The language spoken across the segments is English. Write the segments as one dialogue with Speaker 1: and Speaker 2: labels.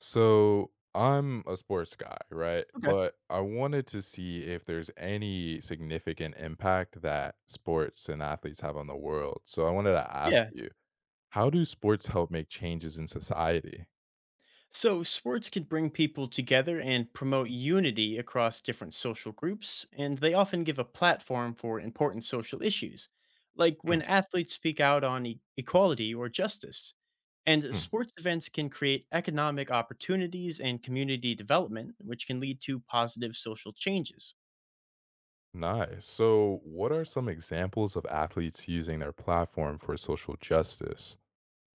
Speaker 1: So I'm a sports guy, right?
Speaker 2: Okay.
Speaker 1: But I wanted to see if there's any significant impact that sports and athletes have on the world. So I wanted to ask
Speaker 2: Yeah.
Speaker 1: you, how do sports help make changes in society?
Speaker 2: So sports can bring people together and promote unity across different social groups, and they often give a platform for important social issues, like
Speaker 1: Hmm,
Speaker 2: when athletes speak out on equality or justice. And
Speaker 1: hmm.
Speaker 2: sports events can create economic opportunities and community development, which can lead to positive social changes.
Speaker 1: Nice. So, what are some examples of athletes using their platform for social justice?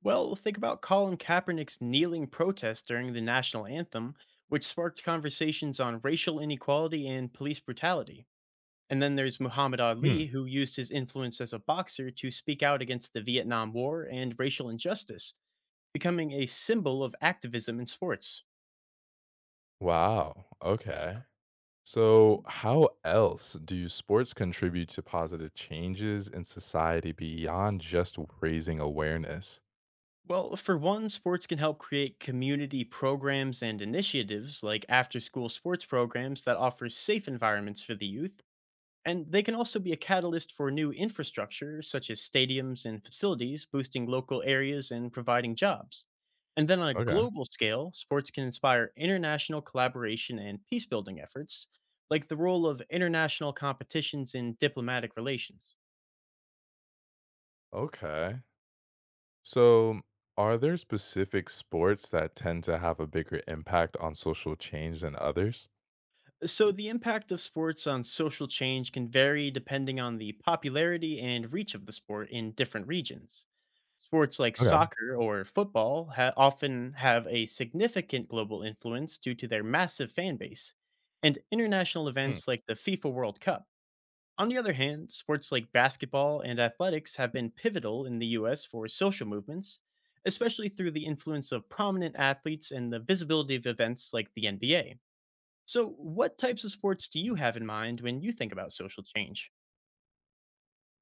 Speaker 2: Well, think about Colin Kaepernick's kneeling protest during the national anthem, which sparked conversations on racial inequality and police brutality. And then there's Muhammad
Speaker 1: Hmm.
Speaker 2: Ali, who used his influence as a boxer to speak out against the Vietnam War and racial injustice, becoming a symbol of activism in sports.
Speaker 1: Wow. Okay. So, how else do sports contribute to positive changes in society beyond just raising awareness?
Speaker 2: Well, for one, sports can help create community programs and initiatives like after school sports programs that offer safe environments for the youth. And they can also be a catalyst for new infrastructure, such as stadiums and facilities, boosting local areas and providing jobs. And then on a
Speaker 1: Okay.
Speaker 2: global scale, sports can inspire international collaboration and peace building efforts, like the role of international competitions in diplomatic relations.
Speaker 1: Okay. So, are there specific sports that tend to have a bigger impact on social change than others?
Speaker 2: So, the impact of sports on social change can vary depending on the popularity and reach of the sport in different regions. Sports like
Speaker 1: Okay.
Speaker 2: soccer or football often have a significant global influence due to their massive fan base, and international
Speaker 1: Hmm.
Speaker 2: events like the FIFA World Cup. On the other hand, sports like basketball and athletics have been pivotal in the US for social movements, especially through the influence of prominent athletes and the visibility of events like the NBA. So, what types of sports do you have in mind when you think about social change?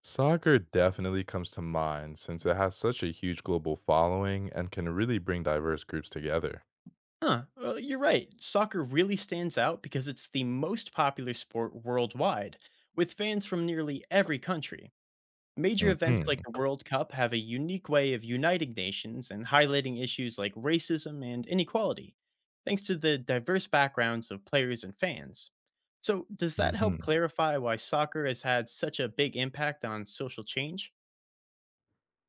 Speaker 1: Soccer definitely comes to mind since it has such a huge global following and can really bring diverse groups together.
Speaker 2: Huh, well, you're right. Soccer really stands out because it's the most popular sport worldwide, with fans from nearly every country. Major events
Speaker 1: Hmm,
Speaker 2: like the World Cup have a unique way of uniting nations and highlighting issues like racism and inequality, thanks to the diverse backgrounds of players and fans. So, does that help
Speaker 1: hmm.
Speaker 2: clarify why soccer has had such a big impact on social change?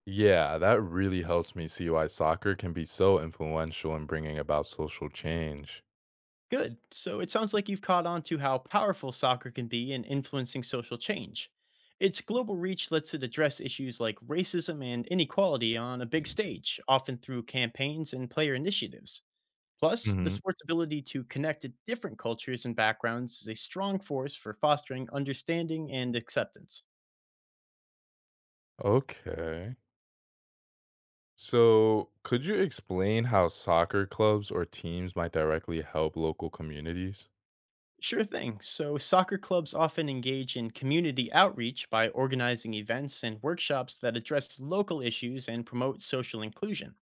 Speaker 1: Yeah, that really helps me see why soccer can be so influential in bringing about social change.
Speaker 2: Good. So it sounds like you've caught on to how powerful soccer can be in influencing social change. Its global reach lets it address issues like racism and inequality on a big stage, often through campaigns and player initiatives. Plus, the
Speaker 1: Hmm.
Speaker 2: sport's ability to connect to different cultures and backgrounds is a strong force for fostering understanding and acceptance.
Speaker 1: Okay. So, could you explain how soccer clubs or teams might directly help local communities?
Speaker 2: Sure thing. So, soccer clubs often engage in community outreach by organizing events and workshops that address local issues and promote social inclusion.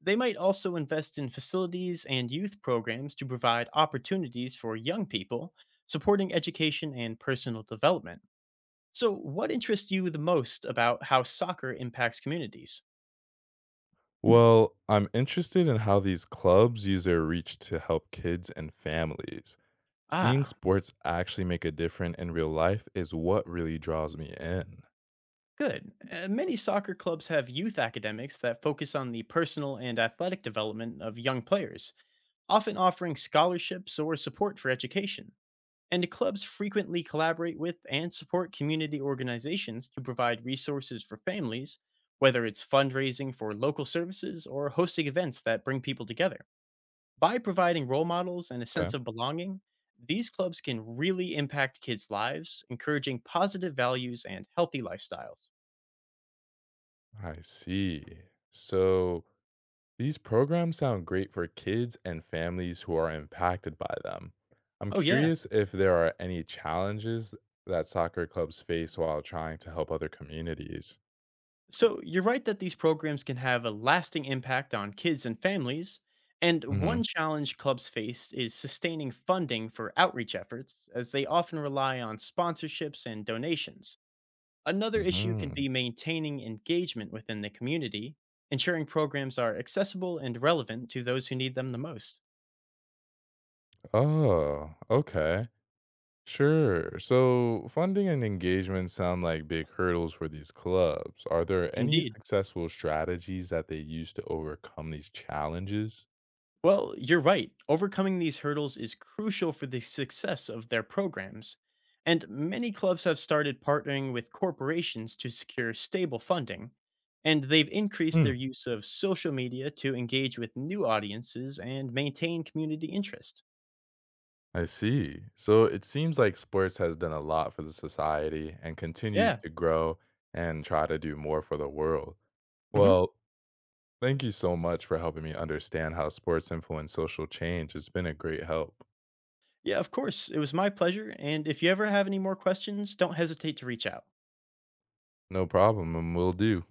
Speaker 2: They might also invest in facilities and youth programs to provide opportunities for young people, supporting education and personal development. So, what interests you the most about how soccer impacts communities?
Speaker 1: Well, I'm interested in how these clubs use their reach to help kids and families. Seeing
Speaker 2: Ah,
Speaker 1: sports actually make a difference in real life is what really draws me in.
Speaker 2: good. Many soccer clubs have youth academics that focus on the personal and athletic development of young players, often offering scholarships or support for education. And clubs frequently collaborate with and support community organizations to provide resources for families, whether it's fundraising for local services or hosting events that bring people together. By providing role models and a
Speaker 1: Okay.
Speaker 2: sense of belonging, these clubs can really impact kids' lives, encouraging positive values and healthy lifestyles.
Speaker 1: I see. So, these programs sound great for kids and families who are impacted by them. I'm
Speaker 2: Oh, yeah.
Speaker 1: curious if there are any challenges that soccer clubs face while trying to help other communities.
Speaker 2: So, you're right that these programs can have a lasting impact on kids and families. And
Speaker 1: Hmm,
Speaker 2: one challenge clubs face is sustaining funding for outreach efforts, as they often rely on sponsorships and donations. Another issue can
Speaker 1: hmm.
Speaker 2: be maintaining engagement within the community, ensuring programs are accessible and relevant to those who need them the most.
Speaker 1: Oh, okay. Sure. So funding and engagement sound like big hurdles for these clubs. Are there any
Speaker 2: Indeed.
Speaker 1: successful strategies that they use to overcome these challenges?
Speaker 2: Well, you're right. Overcoming these hurdles is crucial for the success of their programs. And many clubs have started partnering with corporations to secure stable funding. And they've increased their
Speaker 1: Hmm.
Speaker 2: use of social media to engage with new audiences and maintain community interest.
Speaker 1: I see. So it seems like sports has done a lot for the society and continues
Speaker 2: Yeah.
Speaker 1: to grow and try to do more for the world.
Speaker 2: Hmm.
Speaker 1: Well, thank you so much for helping me understand how sports influence social change. It's been a great help.
Speaker 2: Yeah, of course. It was my pleasure. And if you ever have any more questions, don't hesitate to reach out.
Speaker 1: No problem, and will do.